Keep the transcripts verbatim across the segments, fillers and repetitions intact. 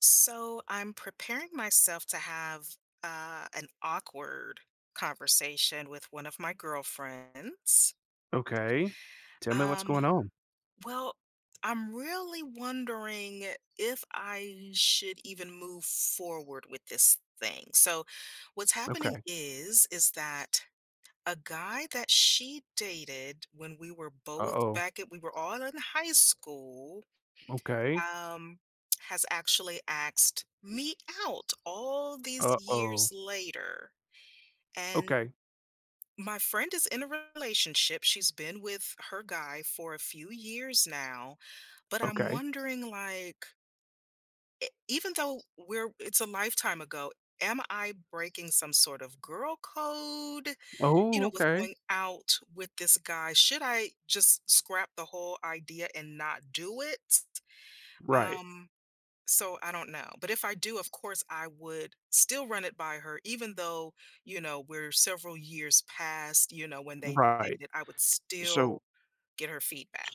So I'm preparing myself to have uh, an awkward conversation with one of my girlfriends. Okay. Tell me what's Um, going on. well, I'm really wondering if I should even move forward with this thing. So what's happening Okay. is is that a guy that she dated when we were both Uh-oh. back at we were all in high school, Okay. um, has actually asked me out all these years Uh-oh. later. And Okay. my friend is in a relationship. She's been with her guy for a few years now, but I'm Okay. wondering, like, e- even though we're it's a lifetime ago, am I breaking some sort of girl code, you Oh, know, with okay. going out with this guy? Should I just scrap the whole idea and not do it? Right. Um So I don't know. But if I do, of course, I would still run it by her, even though, you know, we're several years past, you know, when they Right. dated, I would So still get her feedback.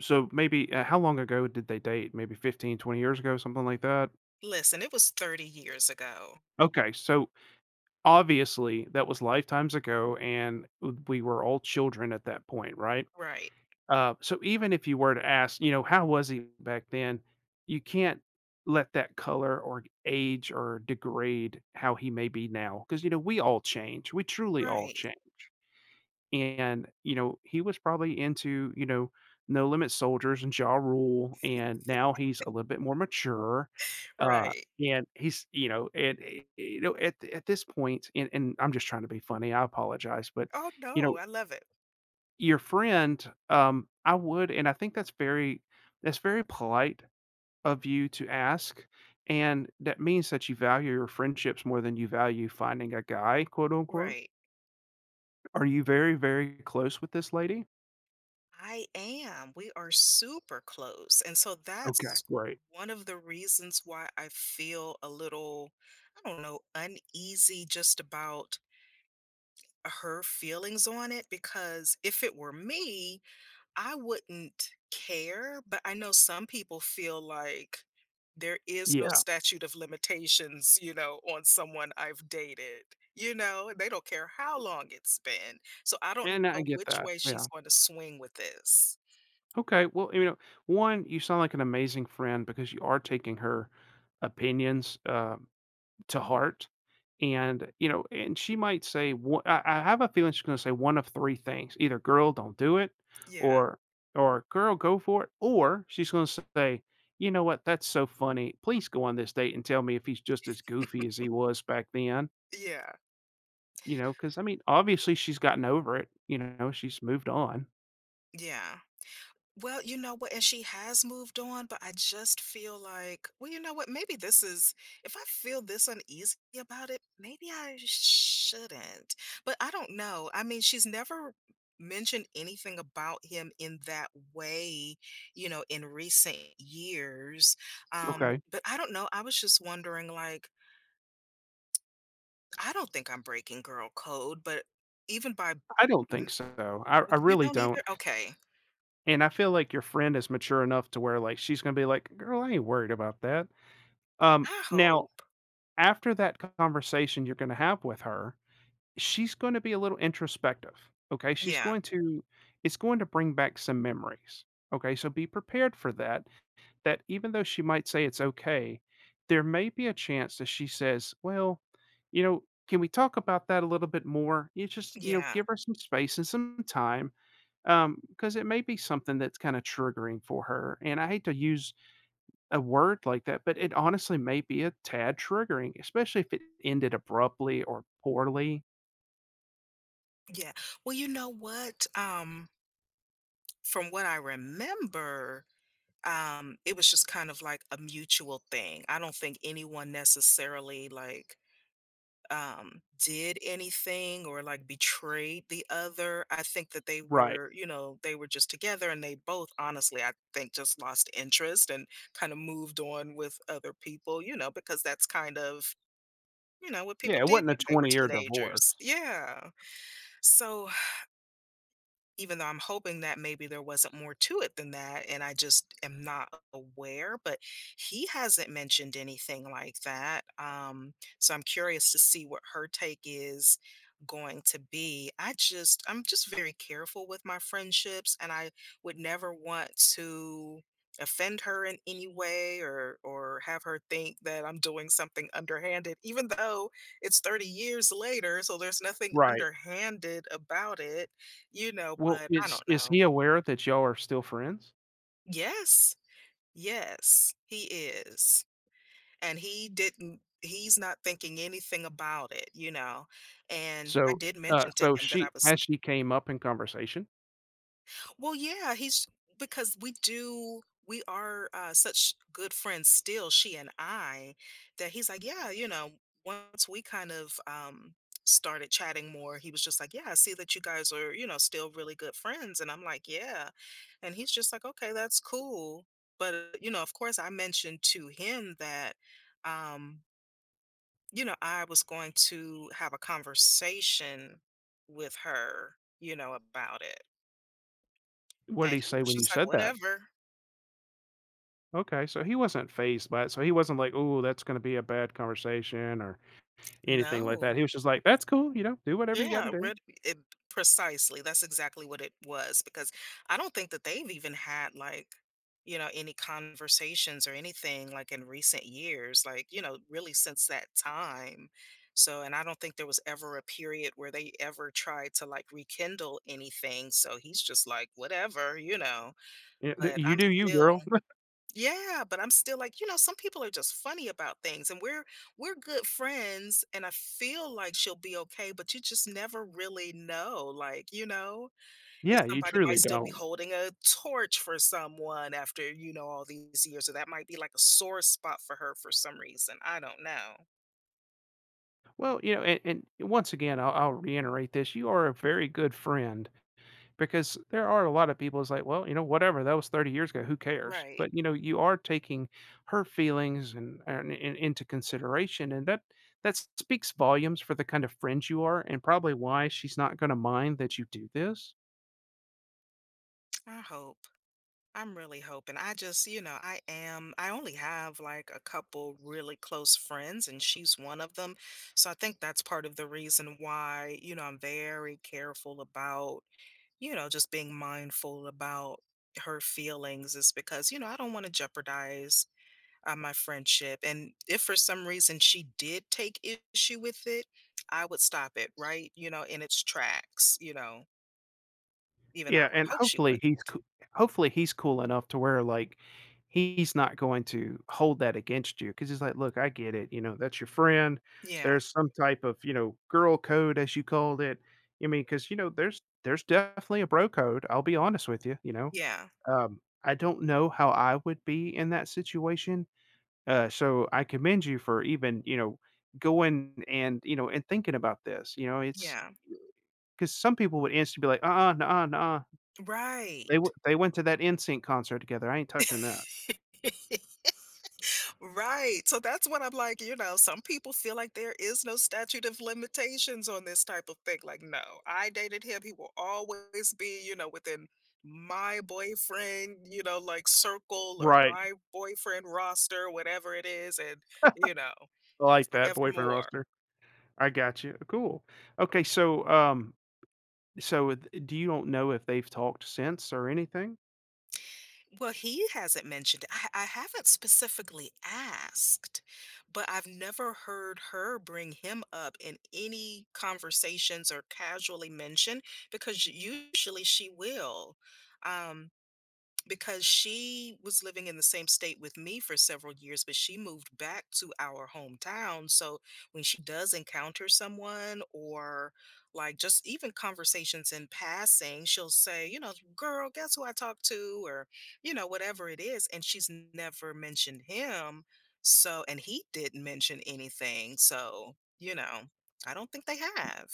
so maybe uh, how long ago did they date? Maybe fifteen, twenty years ago, something like that? Listen, it was thirty years ago. Okay. So obviously that was lifetimes ago, and w- we were all children at that point, right? Right. Uh, so even if you were to ask, you know, "How was he back then?" You can't let that color or age or degrade how he may be now, because you know, we all change. We truly all Right. change. And, you know, he was probably into, you know, No Limit Soldiers and Jaw Rule, and now he's a little bit more mature, uh, Right. and he's you know, and, eh, you know, at at this point, and and I'm just trying to be funny, I apologize, but, Oh, you no, know I love it. your friend, um, I would, and I think that's very that's very polite of you to ask, and that means that you value your friendships more than you value "finding a guy," quote, unquote. Right. Are you very, very close with this lady? I am. We are super close. And so Okay, that's great. one of the reasons why I feel a little, I don't know, uneasy just about her feelings on it, because if it were me, I wouldn't care. But I know some people feel like there is no Yeah, statute of limitations, you know, on someone I've dated. You know, they don't care how long it's been. So I don't and I know get which that, way she's yeah. going to swing with this. Okay, well, you know, one, you sound like an amazing friend because you are taking her opinions, uh to heart. And, you know, and she might say, one- I, I have a feeling she's going to say one of three things, either, girl, don't do it, Yeah, or, or girl, go for it. Or she's going to say, you know what? That's so funny. Please go on this date and tell me if he's just as goofy as he was back then. yeah, You know, because I mean, obviously she's gotten over it. You know, she's moved on. yeah. Well, you know what? And she has moved on, but I just feel like, well, you know what? Maybe this is, if I feel this uneasy about it, maybe I shouldn't. But I don't know. I mean, she's never mentioned anything about him in that way, you know, in recent years. Um, Okay. but I don't know. I was just wondering, like, I don't think I'm breaking girl code, but even by, m- I don't think so. I, well, I you really don't either? don't. Okay. And I feel like your friend is mature enough to where, like, she's gonna be like, girl, I ain't worried about that. Um I Now, hope. after that conversation you're going to have with her, she's going to be a little introspective. Okay. She's Yeah. going to, it's going to bring back some memories. Okay. So be prepared for that, that even though she might say it's okay, there may be a chance that she says, well, you know, can we talk about that a little bit more? You just, you know, Yeah. give her some space and some time, because it may be something that's kind of triggering for her. And I hate to use a word like that, but it honestly may be a tad triggering, especially if it ended abruptly or poorly. Yeah. Well, you know what? Um, from what I remember, um, it was just kind of like a mutual thing. I don't think anyone necessarily, like, um did anything or like betrayed the other. I think that they Right. were, you know, they were just together and they both honestly, I think, just lost interest and kind of moved on with other people, you know, because that's kind of, you know, what people Yeah, it did wasn't a when they were twenty-year divorce. teenagers. Yeah. So even though I'm hoping that maybe there wasn't more to it than that, and I just am not aware, but he hasn't mentioned anything like that. Um, so I'm curious to see what her take is going to be. I just, I'm just very careful with my friendships, and I would never want to offend her in any way, or or have her think that I'm doing something underhanded, even though it's thirty years later, so there's nothing Right. underhanded about it, you know, Well, but I is don't is know. he aware that y'all are still friends? Yes, yes, he is, and he didn't he's not thinking anything about it, you know, and I So, did uh, mention to so him that I she, was. as she came up in conversation, Well, yeah, he's, because we do we are, uh, such good friends still, she and I, that he's like, yeah, you know, once we kind of, um, started chatting more, he was just like, yeah, I see that you guys are, you know, still really good friends, and I'm like, yeah, and he's just like, okay, that's cool, but uh, you know, of course, I mentioned to him that, um, you know, I was going to have a conversation with her, you know, about it. what did And he he say was when you just like, said that? whatever. Okay, so he wasn't phased by it. So he wasn't like, "Oh, that's gonna be a bad conversation," or anything like No. that. He was just like, "That's cool, you know, do whatever you Yeah, gotta do. red it precisely, that's exactly what it was, because I don't think that they've even had, like, you know, any conversations or anything, like, in recent years, like, you know, really since that time. So, and I don't think there was ever a period where they ever tried to, like, rekindle anything, so he's just like, "Whatever," you know? Yeah, But you I'm do you, still, girl." yeah, but I'm still like, you know, some people are just funny about things, and we're we're good friends and I feel like she'll be okay, but you just never really know. Like, you know, if Yeah, you somebody might truly still be don't. holding a torch for someone after, you know, all these years, or that might be like a sore spot for her for some reason. I don't know. Well, you know, and, and once again, I'll, I'll reiterate this: you are a very good friend, because there are a lot of people. It's like, well, you know, whatever, that was thirty years ago. Who cares? Right. But you know, you are taking her feelings and, and, and into consideration, and that that speaks volumes for the kind of friend you are, and probably why she's not going to mind that you do this. I hope. I'm really hoping. I just, you know, I am. I only have like a couple really close friends, and she's one of them. So I think that's part of the reason why, you know, I'm very careful about, you know, just being mindful about her feelings, is because, you know, I don't want to jeopardize, uh, my friendship. And if for some reason she did take issue with it, I would stop it, right? You know, in its tracks, you know, even though I Yeah, would and hope she hopefully he's wouldn't. coo hopefully he's cool enough to where, like, he's not going to hold that against you, because he's like, "Look, I get it, you know, that's your friend. Yeah. There's some type of, you know, girl code, as you called it." I mean, because you know, there's there's definitely a bro code, I'll be honest with you, you know? Yeah. Um, I don't know how I would be in that situation, uh, so I commend you for even, you know, going, and, you know, and thinking about this, you know, it's Yeah. because some people would instantly be like, uh, "Uh-uh, nuh-uh, uh they Right. w they went to that NSYNC concert together, I ain't touching that." Right. So that's what I'm like, you know, some people feel like there is no statute of limitations on this type of thing. Like, no, I dated him. He will always be, you know, within my boyfriend, you know, like circle or Right, my boyfriend roster, whatever it is, and, you know, I like that boyfriend forevermore. roster. I got you, cool. Okay, so, um, so th do you don't know if they've talked since or anything? Well, he hasn't mentioned it. I, I haven't specifically asked, but I've never heard her bring him up in any conversations or casually mention, because usually she will. Um, because she was living in the same state with me for several years, but she moved back to our hometown. So when she does encounter someone or like just even conversations in passing, she'll say, you know, girl, guess who I talked to, or, you know, whatever it is. And she's never mentioned him. So, and he didn't mention anything. So, you know, I don't think they have.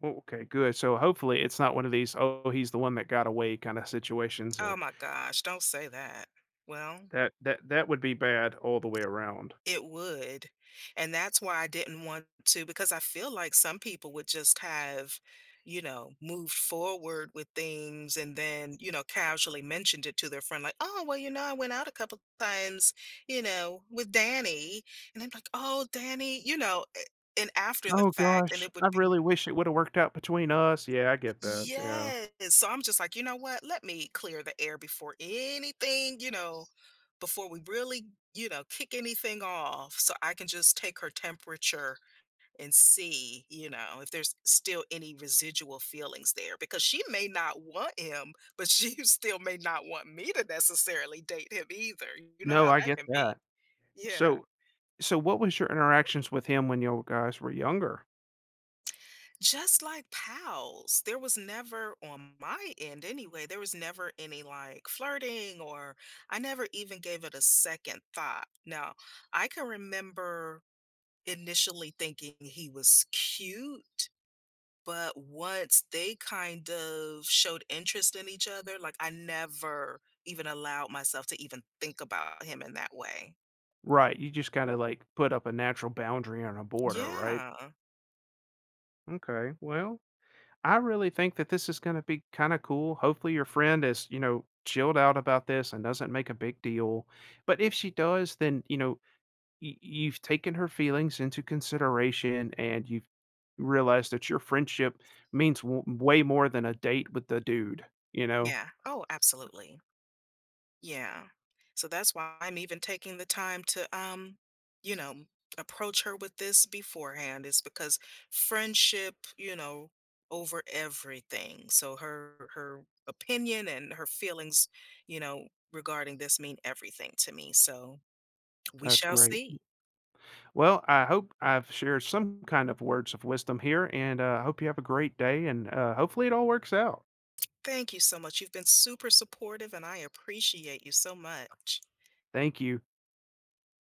Well, okay, good, so hopefully it's not one of these, "Oh, he's the one that got away" kinda situations, Oh or— my gosh, don't say that. Well, That that that would be bad all the way around. it would, and that's why I didn't want to, because I feel like some people would just have, you know, moved forward with things and then, you know, casually mentioned it to their friend like, "Oh, well, you know, I went out a couple times, you know, with Danny." And I'm like, "Oh, Danny," you know, a and after the Oh fact, and gosh, it I would be. really wish it woulda worked out between us. Yeah, I get that, yeah. Yes. So I'm just like, you know what? Let me clear the air before anything, you know, before we really, you know, kick anything off. So I can just take her temperature and see, you know, if there's still any residual feelings there, because she may not want him, but she still may not want me to necessarily date him either. You know No, how I that get can be. that. Yeah. So so what was your interactions with him when you guys were younger? Just like pals, there was never on my end anyway, there was never any, like, flirting or I never even gave it a second thought. Now, I can remember initially thinking he was cute, but once they kind of showed interest in each other, like, I never even allowed myself to even think about him in that way. Right, you just gotta, like, put up a natural boundary on a border, right? Yeah. Okay, well, I really think that this is gonna be kinda cool. Hopefully your friend is, you know, chilled out about this and doesn't make a big deal, but if she does, then, you know, y you've taken her feelings into consideration, and you've realized that your friendship means w way more than a date with the dude, you know? Yeah. Oh, absolutely. Yeah. So that's why I'm even taking the time to, um, you know, approach her with this beforehand, is because friendship, you know, over everything. So her her opinion and her feelings, you know, regarding this mean everything to me. So we That's shall great. see. Well, I hope I've shared some kind of words of wisdom here, and uh, I hope you have a great day, and uh, hopefully it all works out. Thank you so much. You've been super supportive and I appreciate you so much. Thank you.